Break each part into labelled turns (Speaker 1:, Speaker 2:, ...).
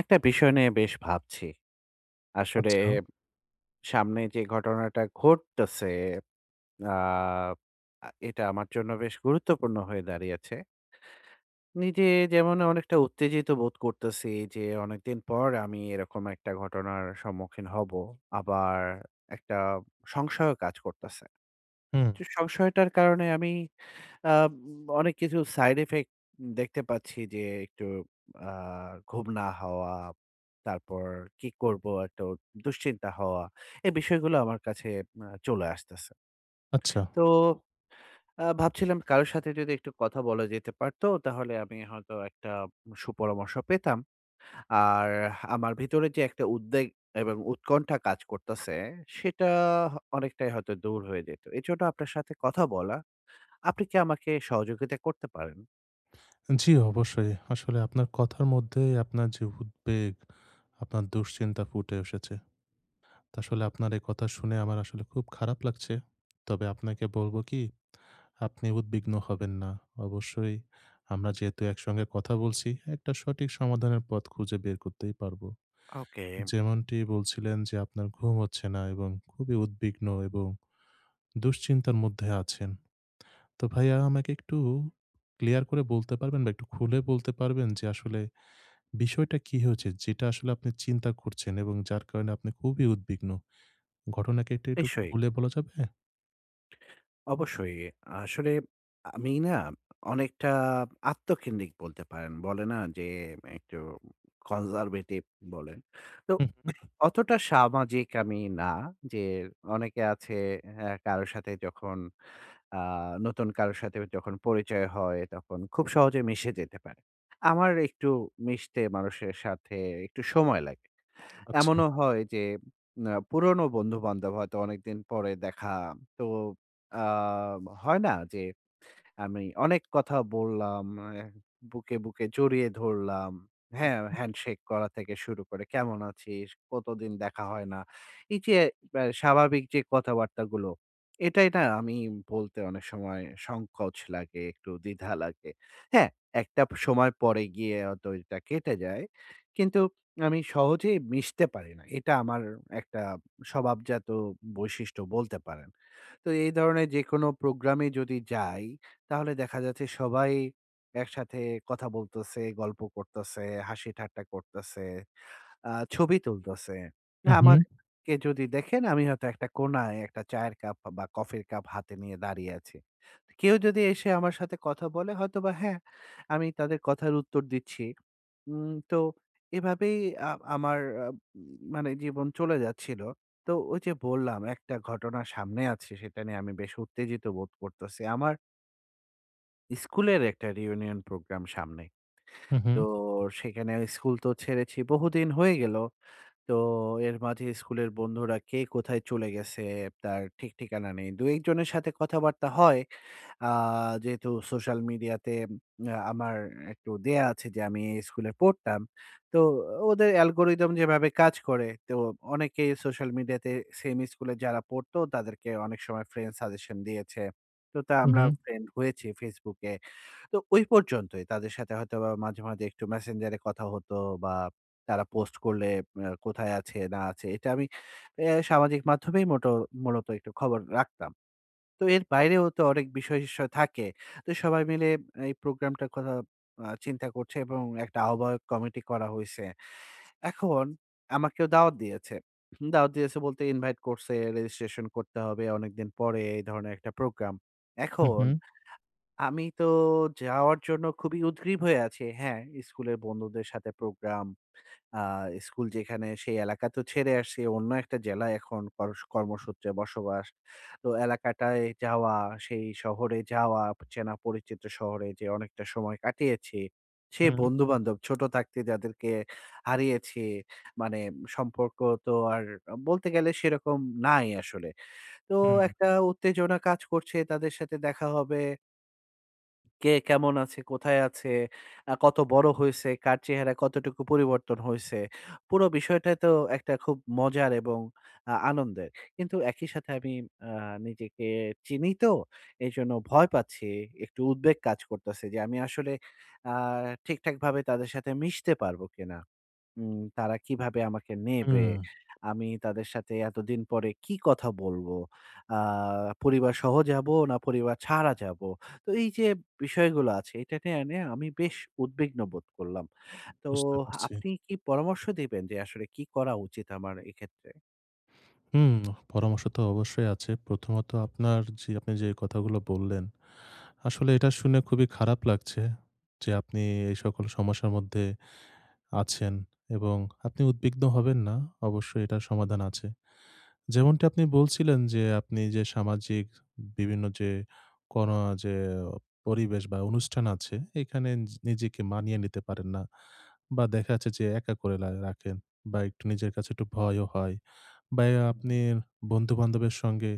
Speaker 1: একটা বিষয় নিয়ে বেশ ভাবছি। আসলে
Speaker 2: আচ্ছা,
Speaker 1: সামনে যে ঘটনাটা ঘটতেছে আ আ এটা আমার জন্য বেশ গুরুত্বপূর্ণ হয়ে দাঁড়িয়েছে। নিজে যেমন অনেকটা উত্তেজিত বোধ করতেছি যে অনেকদিন পর আমি এরকম একটা ঘটনার সম্মুখীন হব। আবার একটা সংশয়ও কাজ করতেছে।
Speaker 2: হুম,
Speaker 1: যে সংশয়টার কারণে আমি আ অনেক কিছু সাইড ইফেক্ট দেখতে পাচ্ছি যে একটু আ ঘুম না হওয়া, তারপর কি করব একটা দুশ্চিন্তা হওয়া। এই বিষয়গুলো আমার কাছে চলে আসতেছে।
Speaker 2: আচ্ছা।
Speaker 1: তো ভাবছিলাম কারো সাথে যদি একটু কথা বলা যেতে পারত তাহলে আমি হয়তো একটা সুপরামর্শ পেতাম। আর আমার ভিতরে যে একটা উদ্বেগ এবং উৎকণ্ঠা কাজ করতেছে সেটা অনেকটাই হয়তো দূর হয়ে যেত। এজন্য আপনার সাথে কথা বলা আপনি কি আমাকে সহযোগিতা করতে পারেন?
Speaker 2: জি, অবশ্যই। আসলে আপনার কথার মধ্যেই আপনার যে উদ্বেগ, আপনার দুশ্চিন্তা ফুটে এসেছে। তো আসলে আপনার এই কথা শুনে আমার আসলে খুব খারাপ লাগছে। তবে আপনাকে বলব কি, আপনি উদ্বিগ্ন হবেন না। অবশ্যই আমরা যেহেতু একসঙ্গে কথা বলছি, একটা সঠিক সমাধানের পথ খুঁজে বের করতেই পারব।
Speaker 1: ওকে।
Speaker 2: যেমনটি বলছিলেন যে আপনার ঘুম হচ্ছে না এবং খুবই উদ্বিগ্ন এবং দুশ্চিন্তার মধ্যে আছেন। তো ভাইয়া আমাকে একটু ক্লিয়ার করে বলতে পারবেন বা একটু খুলে বলতে পারবেন যে আসলে বিষয়টা কি হয়েছে যেটা আসলে আপনি চিন্তা করছেন এবং যার কারণে আপনি খুবই উদ্বিগ্ন। ঘটনাকে একটু
Speaker 1: নিশ্চয়ই,
Speaker 2: খুলে বলা যাবে?
Speaker 1: অবশ্যই। আসলে আমি না অনেকটা আত্মকেন্দ্রিক বলতে পারেন। বলে না যে একটু কনজারভেটিভ বলেন। তো
Speaker 2: হুম, হুম।
Speaker 1: অতটা সামাজিক আমি না যে অনেকে আছে হ্যাঁ, কারো সাথে যখন আ নতুন কারো সাথে যখন পরিচয় হয় তখন খুব সহজে মিশে যেতে পারে। আমার একটু মিশতে মানুষের সাথে একটু সময় লাগে।
Speaker 2: আচ্ছা।
Speaker 1: এমনও হয় যে পুরনো বন্ধু-বান্ধব হয়তো অনেকদিন পরে দেখা। তো আ হয় না যে আমি অনেক কথা বললাম, অ্যা বুকে জড়িয়ে ধরলাম। হ্যাঁ, হ্যান্ডশেক করা থেকে শুরু করে "কেমন আছিস? কতদিন দেখা হয় না।" এই যে স্বাভাবিক যে কথাবার্তাগুলো, এটাই না আমি বলতে অনেক সময় সংকোচ লাগে, একটু দ্বিধা লাগে। হ্যাঁ, একটা সময় পরে গিয়ে হয়তো এটা কেটে যায়। কিন্তু আমি সহজেই মিশতে পারি না। এটা আমার একটা স্বভাবজাত বৈশিষ্ট্য বলতে পারেন। তো এই ধরনের যেকোনো প্রোগ্রামে যদি যাই তাহলে দেখা যাচ্ছে সবাই একসাথে কথা বলতেছে, গল্প করতেছে, হাসি ঠাট্টা করতেছে, আ ছবি তুলতেছে।
Speaker 2: হুম, হুম,
Speaker 1: আমাকে যদি দেখেন আমি হয়তো একটা কোনায় একটা চায়ের কাপ বা কফির কাপ হাতে নিয়ে দাঁড়িয়ে আছি। কেউ যদি এসে আমার সাথে কথা বলে হয়তোবা হ্যাঁ, আমি তাদের কথার উত্তর দিচ্ছি। তো এভাবেই আ আমার আ উম, মানে জীবন চলে যাচ্ছিল। তো ওই যে বললাম একটা ঘটনা সামনে আছে সেটা নিয়ে আমি বেশ উত্তেজিত বোধ করতেছি। আমার স্কুলের একটা রিউনিয়ন প্রোগ্রাম সামনে।
Speaker 2: হুম, হুম,
Speaker 1: তো সেখানে স্কুল তো ছেড়েছি বহুদিন হয়ে গেল। তো এর মাঝে স্কুলের বন্ধুরা কে কোথায় চলে গেছে তার ঠিক ঠিকানা নেই। ২-১ জনের সাথে কথাবার্তা হয়। আ যেহেতু সোশ্যাল মিডিয়াতে আমার একটু দেয়া আছে যে আমি এই স্কুলে পড়তাম। তো ওদের অ্যালগরিদম যেভাবে কাজ করে তো অনেকেই সোশ্যাল মিডিয়াতে সেম স্কুলে যারা পড়তো তাদেরকে অনেক সময় ফ্রেন্ড সাজেশন দিয়েছে। তো তা আমরা
Speaker 2: হুম,
Speaker 1: ফ্রেন্ড হয়েছি Facebook এ। তো ওই পর্যন্তই। তাদের সাথে হয়তোবা মাঝে, মাঝে একটু মেসেঞ্জার এ কথা হতো বা তারা পোস্ট করলে কোথায় আছে না আছে এটা আমি সামাজিক মাধ্যমেই মূলত একটু খবর রাখতাম। তো এর বাইরেও তো অনেক বিষয়-সিষয় থাকে। তো সবাই মিলে এই প্রোগ্রামটার কথা চিন্তা করছে এবং একটা আহ্বায়ক কমিটি করা হইছে। এখন আমাকেও দাওয়াত দিয়েছে। দাওয়াত দিয়েছে বলতে ইনভাইট করছে, রেজিস্ট্রেশন করতে হবে অনেকদিন পরে এই ধরনের একটা প্রোগ্রাম। এখন
Speaker 2: হুম,
Speaker 1: আমি তো যাওয়ার জন্য খুবই উদগ্রীব হয়ে আছি। হ্যাঁ, স্কুলের বন্ধুদের সাথে প্রোগ্রাম, আ স্কুল যেখানে সেই এলাকা তো ছেড়ে আসছি। অন্য একটা জেলায় এখন কর্মসূত্রে বসবাস। তো এলাকাটায় যাওয়া, সেই শহরে যাওয়া, চেনা পরিচিত শহরে যে অনেকটা সময় কাটিয়েছি। সে
Speaker 2: হুম,
Speaker 1: বন্ধু-বান্ধব ছোট থাকতে যাদেরকে হারিয়েছি, মানে সম্পর্ক তো আর বলতে গেলে সেরকম নাই আসলে। তো
Speaker 2: হুম,
Speaker 1: একটা উত্তেজনা কাজ করছে তাদের সাথে দেখা হবে। কে কেমন আছে, কোথায় আছে, কত বড় হইছে, কার চেহারায় কতটুকু পরিবর্তন হইছে। পুরো বিষয়টাই তো একটা খুব মজার এবং আনন্দের। কিন্তু একই সাথে আমি আ নিজেকে চিনি তো, এজন্য ভয় পাচ্ছি। একটু উদ্বেগ কাজ করতেছে যে আমি আসলে আ ঠিকঠাকভাবে তাদের সাথে মিশতে পারব কিনা। তারা কিভাবে আমাকে নেবে?
Speaker 2: হুম,
Speaker 1: আমি তাদের সাথে এতদিন পরে কি কথা বলবো? আ পরিবারসহ যাবো না পরিবার ছাড়া যাবো? তো এই যে বিষয়গুলো আছে এটা নিয়ে এনে আমি বেশ উদ্বিগ্ন বোধ করলাম। তো
Speaker 2: বুঝতে পারছি।
Speaker 1: আপনি কি পরামর্শ দিবেন যে আসলে কি করা উচিত আমার এক্ষেত্রে?
Speaker 2: হুম, পরামর্শ তো অবশ্যই আছে। প্রথমত আপনার যে আপনি যে কথাগুলো বললেন, আসলে এটা শুনে খুবই খারাপ লাগছে যে আপনি এই সকল সমস্যার মধ্যে আছেন এবং আপনি উদ্বিগ্ন হবেন না। অবশ্যই এটার সমাধান আছে। যেমনটি আপনি বলছিলেন যে, আপনি যে সামাজিক বিভিন্ন যে কোন যে পরিবেশ বা অনুষ্ঠান আছে, এখানে নিজেকে মানিয়ে নিতে পারেন না। বা দেখা যাচ্ছে যে একা করে রাখেন বা একটু নিজের কাছে একটু ভয়ও হয়। বা আপনি বন্ধু-বান্ধবের সঙ্গে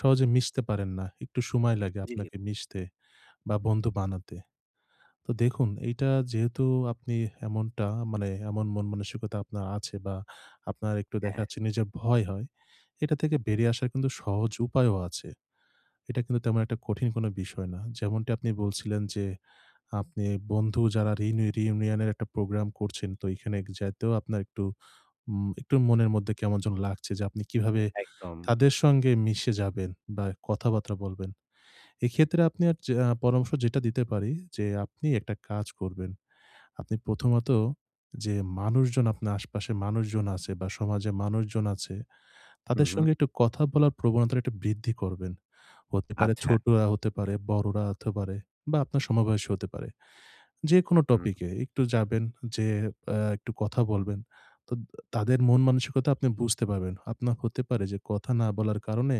Speaker 2: সহজে মিশতে পারেন না। একটু সময় লাগে
Speaker 1: জি, জি।
Speaker 2: আপনাকে মিশতে বা বন্ধু বানাতে। তো দেখুন এইটা যেহেতু আপনি এমনটা এমন মন মানসিকতা আপনার আছে বা আপনার একটু
Speaker 1: হ্যাঁ,
Speaker 2: দেখাচ্ছে নিজের ভয় হয়, এটা থেকে বেরিয়ে আসার কিন্তু সহজ উপায়ও আছে। এটা কিন্তু তেমন একটা কঠিন কোনো বিষয় না। যেমনটি আপনি বলছিলেন যে আপনি বন্ধু যারা রিউনিয়ন এর একটা প্রোগ্রাম করছেন তো এখানে যাইতেও আপনার একটু একটু মনের মধ্যে কেমন যেন লাগছে যে আপনি কিভাবে
Speaker 1: একদম।
Speaker 2: তাদের সঙ্গে মিশে যাবেন বা কথাবার্তা বলবেন। এক্ষেত্রে আপনি আর যে পরামর্শ যেটা দিতে পারি যে আপনি একটা কাজ করবেন। আপনি প্রথমত যে মানুষজন আপনার আশপাশে মানুষজন আছে বা সমাজে মানুষজন আছে,
Speaker 1: হুম,
Speaker 2: তাদের
Speaker 1: হুম।
Speaker 2: সঙ্গে একটু কথা বলার প্রবণতাটা একটু বৃদ্ধি করবেন। হতে পারে
Speaker 1: আচ্ছা।
Speaker 2: ছোটরা, হতে পারে বড়রা হতে পারে বা আপনার সমবয়সী হতে পারে। যেকোনো
Speaker 1: হুম,
Speaker 2: টপিকে একটু যাবেন, যেয়ে একটু কথা বলবেন। তো তাদের মন মানসিকতা আপনি বুঝতে পারবেন। আপনার হতে পারে যে কথা না বলার কারণে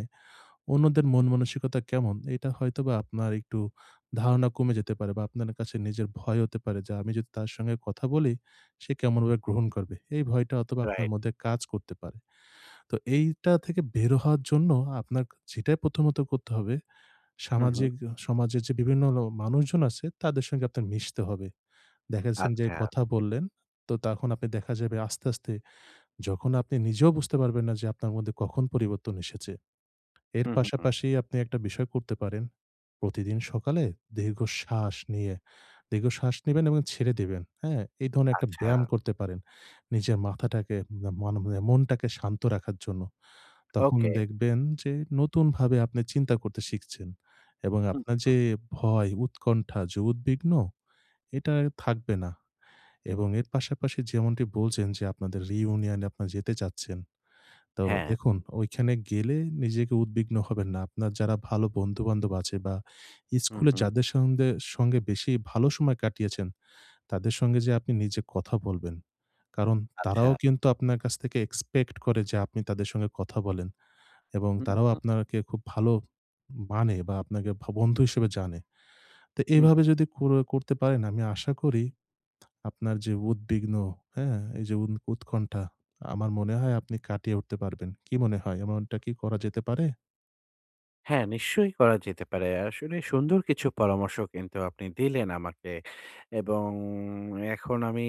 Speaker 2: অন্যদের মন মানসিকতা কেমন এটা হয়তোবা আপনার একটু ধারণা কমে যেতে পারে বা আপনার কাছে নিজের ভয় হতে পারে যে আমি যদি তার সঙ্গে কথা বলি সে কেমনভাবে গ্রহণ করবে এই ভয়টা অথবা আপনার
Speaker 1: রাইট।
Speaker 2: মধ্যে কাজ করতে পারে তো এইটা থেকে বের হওয়ার জন্য আপনার যেটাই প্রথমত করতে হবে
Speaker 1: হুম, হুম।
Speaker 2: সামাজিক সমাজের যে বিভিন্ন মানুষজন আছে তাদের সঙ্গে আপনার মিশতে হবে দেখা যাচ্ছেন যে
Speaker 1: আচ্ছা।
Speaker 2: কথা বললেন তো তখন আপনি দেখা যাবে আস্তে আস্তে যখন আপনি নিজেও বুঝতে পারবেন না যে আপনার মধ্যে কখন পরিবর্তন এসেছে এর
Speaker 1: হুম, হুম, হুম।
Speaker 2: পাশাপাশি আপনি একটা বিষয় করতে পারেন। প্রতিদিন সকালে দীর্ঘশ্বাস নিয়ে, দীর্ঘশ্বাস নিবেন এবং ছেড়ে দিবেন। হ্যাঁ? এই ধরনের একটা
Speaker 1: আচ্ছা।
Speaker 2: ব্যায়াম করতে পারেন। নিজের মাথাটাকে না মান মানে মনটাকে শান্ত রাখার জন্য। তখন
Speaker 1: ওকে।
Speaker 2: দেখবেন যে নতুনভাবে আপনি চিন্তা করতে শিখছেন এবং
Speaker 1: হুম,
Speaker 2: আপনার যে
Speaker 1: হুম।
Speaker 2: ভয়, উৎকণ্ঠা, যে উদ্বিগ্ন এটা থাকবে না এবং এর পাশাপাশি যেমনটি বলছেন যে আপনাদের reunion এ আপনারা যেতে চাচ্ছেন। তো
Speaker 1: হ্যাঁ।
Speaker 2: দেখুন ওইখানে গেলে নিজেকে উদ্বিগ্ন হবেন না। আপনার যারা ভালো বন্ধু-বান্ধব আছে বা
Speaker 1: হুম,
Speaker 2: স্কুলে
Speaker 1: হুম।
Speaker 2: যাদের সঙ্গে সঙ্গে বেশি ভালো সময় কাটিয়েছেন, তাদের সঙ্গে যে আপনি নিজে কথা বলবেন। কারণ
Speaker 1: আচ্ছা।
Speaker 2: তারাও কিন্তু আপনার কাছ থেকে এক্সপেক্ট করে যে আপনি তাদের সঙ্গে কথা বলেন এবং তারাও
Speaker 1: হুম,
Speaker 2: আপনাকে খুব ভালো মানে বা আপনাকে বন্ধু হিসেবে জানে। তো
Speaker 1: হুম।
Speaker 2: এভাবে যদি করতে পারেন আমি আশা করি আপনার যে উদ্বিগ্ন, হ্যাঁ? এই যে উৎকণ্ঠা, আমার মনে হয় আপনি কাটিয়ে উঠতে পারবেন। কি মনে হয় এমনটা কি করা যেতে পারে?
Speaker 1: হ্যাঁ, নিশ্চয়ই করা যেতে পারে। আসলে সুন্দর কিছু পরামর্শ কিন্তু আপনি দিলেন আমাকে এবং এখন আমি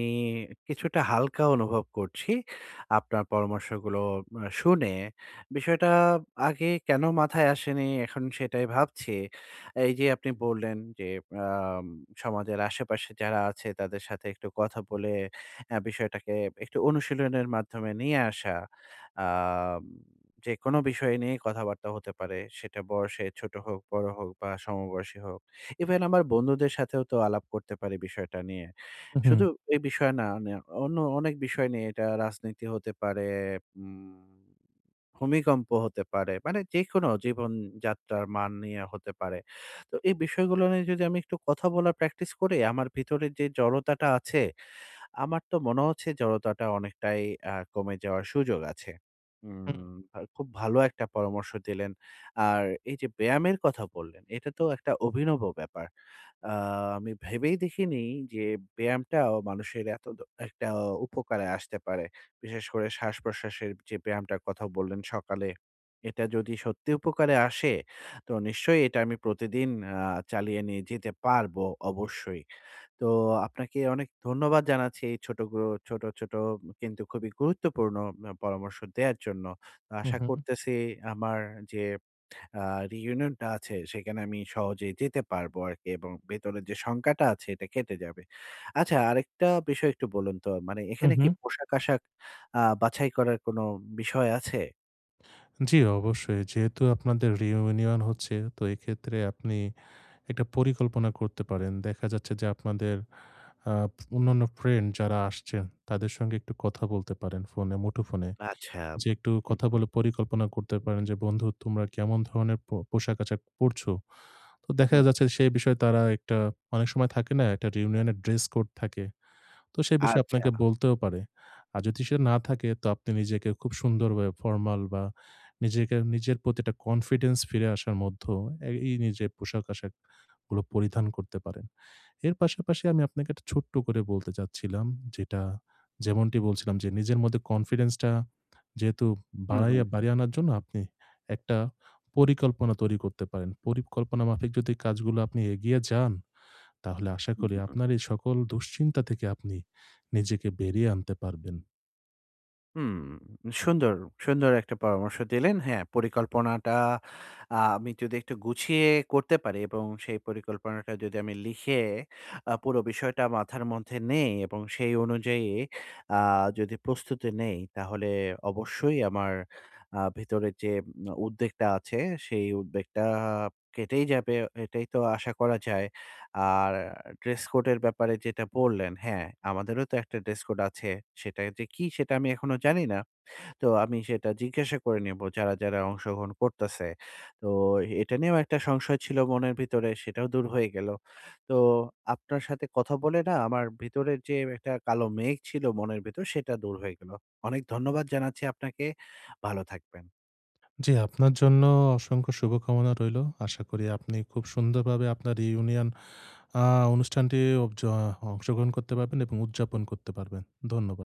Speaker 1: কিছুটা হালকা অনুভব করছি আপনার পরামর্শগুলো শুনে। বিষয়টা আগে কেন মাথায় আসেনি এখন সেটাই ভাবছি। এই যে আপনি বললেন যে আম সমাজের আশেপাশে যারা আছে তাদের সাথে একটু কথা বলে বিষয়টাকে একটু অনুশীলনের মাধ্যমে নিয়ে আসা। আম যেকোনো বিষয় নিয়েই কথাবার্তা হতে পারে। সেটা বয়সে ছোট হোক, বড় হোক বা সমবয়সী হোক। ইভেন আমার বন্ধুদের সাথেও তো আলাপ করতে পারি বিষয়টা নিয়ে।
Speaker 2: হু, হু,
Speaker 1: শুধু এই বিষয় না, মানে অন্য অনেক বিষয় নিয়ে এটা রাজনীতি হতে পারে, উম ভূমিকম্প হতে পারে। মানে যেকোনো জীবনযাত্রার মান নিয়ে হতে পারে। তো এই বিষয়গুলো নিয়ে যদি আমি একটু কথা বলার প্র্যাকটিস করি, আমার ভিতরে যে জড়তাটা আছে আমার তো মনে হচ্ছে জড়তাটা অনেকটাই কমে যাওয়ার সুযোগ আছে।
Speaker 2: হুম,
Speaker 1: উম আ খুব ভালো একটা পরামর্শ দিলেন। আর এই যে ব্যায়ামের কথা বললেন, এটা তো একটা অভিনব ব্যাপার। আ আমি ভেবেই দেখিনি যে ব্যায়ামটাও মানুষের এত একটা উপকারে আসতে পারে। বিশেষ করে শ্বাস-প্রশ্বাসের যে ব্যায়ামটার কথা বললেন সকালে, এটা যদি সত্যি উপকারে আসে, তো নিশ্চয়ই এটা আমি প্রতিদিন আ চালিয়ে নিয়ে যেতে পারবো অবশ্যই। তো আপনাকে অনেক ধন্যবাদ জানাচ্ছি এই ছোট, ছোট কিন্তু খুবই গুরুত্বপূর্ণ পরামর্শ দেয়ার জন্য।
Speaker 2: হুম,
Speaker 1: আশা
Speaker 2: হুম,
Speaker 1: করতেছি আমার যে আ reunion টা আছে সেখানে আমি সহজেই যেতে পারবো আরকি এবং ভেতরের যে শঙ্কাটা আছে এটা কেটে যাবে। আচ্ছা আরেকটা বিষয় একটু বলুন তো মানে
Speaker 2: হুম,
Speaker 1: এখানে কি
Speaker 2: হুম।
Speaker 1: পোশাক-আশাক বাছাই করার কোনো বিষয় আছে?
Speaker 2: জি, অবশ্যই। যেহেতু আপনাদের reunion হচ্ছে তো এক্ষেত্রে আপনি একটা পরিকল্পনা করতে পারেন। দেখা যাচ্ছে যে আপনাদের আ অন্যান্য ফ্রেন্ড যারা আসছেন তাদের সঙ্গে একটু কথা বলতে পারেন ফোনে মুঠোফোনে।
Speaker 1: আচ্ছা।
Speaker 2: যে একটু
Speaker 1: হুম,
Speaker 2: কথা
Speaker 1: হুম,
Speaker 2: বলে পরিকল্পনা করতে পারেন যে, "বন্ধু তোমরা কেমন ধরনের পোশাক-আশাক পড়ছো?" তো দেখা
Speaker 1: হুম।
Speaker 2: যাচ্ছে সেই বিষয়ে তারা একটা অনেক সময় থাকে না? একটা রিউনিয়নের ড্রেস কোড থাকে। তো সেই বিষয়ে
Speaker 1: আচ্ছা।
Speaker 2: আপনাকে বলতেও পারে। আর যদি সেটা না থাকে তো আপনি নিজেকে খুব সুন্দরভাবে ফর্মাল বা নিজেকে নিজের প্রতি একটা কনফিডেন্স ফিরে আসার মধ্য এই নিজের পোশাক-আশাক গুলো পরিধান করতে পারেন। এর পাশাপাশি আমি আপনাকে একটা ছোট্ট করে বলতে চাচ্ছিলাম যেটা যেমনটি বলছিলাম যে নিজের মধ্যে কনফিডেন্সটা যেহেতু
Speaker 1: হুম, হুম,
Speaker 2: বাড়িয়ে আনার জন্য আপনি একটা পরিকল্পনা তৈরি করতে পারেন। পরিকল্পনা মাফিক যদি কাজগুলো আপনি এগিয়ে যান, তাহলে আশা
Speaker 1: হুম,
Speaker 2: করি
Speaker 1: হুম।
Speaker 2: আপনার এই সকল দুশ্চিন্তা থেকে আপনি নিজেকে বেরিয়ে আনতে পারবেন।
Speaker 1: হুম, সুন্দর, সুন্দর একটা পরামর্শ দিলেন। হ্যাঁ, পরিকল্পনাটা আমি যদি একটু গুছিয়ে করতে পারি এবং সেই পরিকল্পনাটা যদি আমি লিখে পুরো বিষয়টা মাথার মধ্যে নেই এবং সেই অনুযায়ী আ যদি প্রস্তুতি নেই, তাহলে অবশ্যই আমার ভিতরে যে উদ্বেগটা আছে, সেই উদ্বেগটা কেটেই যাবে। এটাই তো আশা করা যায়। আর ড্রেস কোডের ব্যাপারে যেটা বললেন, হ্যাঁ, আমাদেরও তো একটা ড্রেস কোড আছে। সেটা যে কি সেটা আমি এখনো জানি না। তো আমি সেটা জিজ্ঞাসা করে নেব যারা, যারা অংশগ্রহণ করতেছে। তো এটা নিয়েও একটা সংশয় ছিল মনের ভিতরে সেটাও দূর হয়ে গেল। তো আপনার সাথে কথা বলে না আমার ভিতরের যে একটা কালো মেঘ ছিল মনের ভিতর সেটা দূর হয়ে গেল। অনেক ধন্যবাদ জানাচ্ছি আপনাকে। ভালো থাকবেন।
Speaker 2: জি, আপনার জন্য অসংখ্য শুভকামনা রইলো। আশা করি আপনি খুব সুন্দরভাবে আপনার রিউনিয়ন আ অনুষ্ঠানটি অবজ অংশগ্রহণ করতে পারবেন এবং উদযাপন করতে পারবেন। ধন্যবাদ।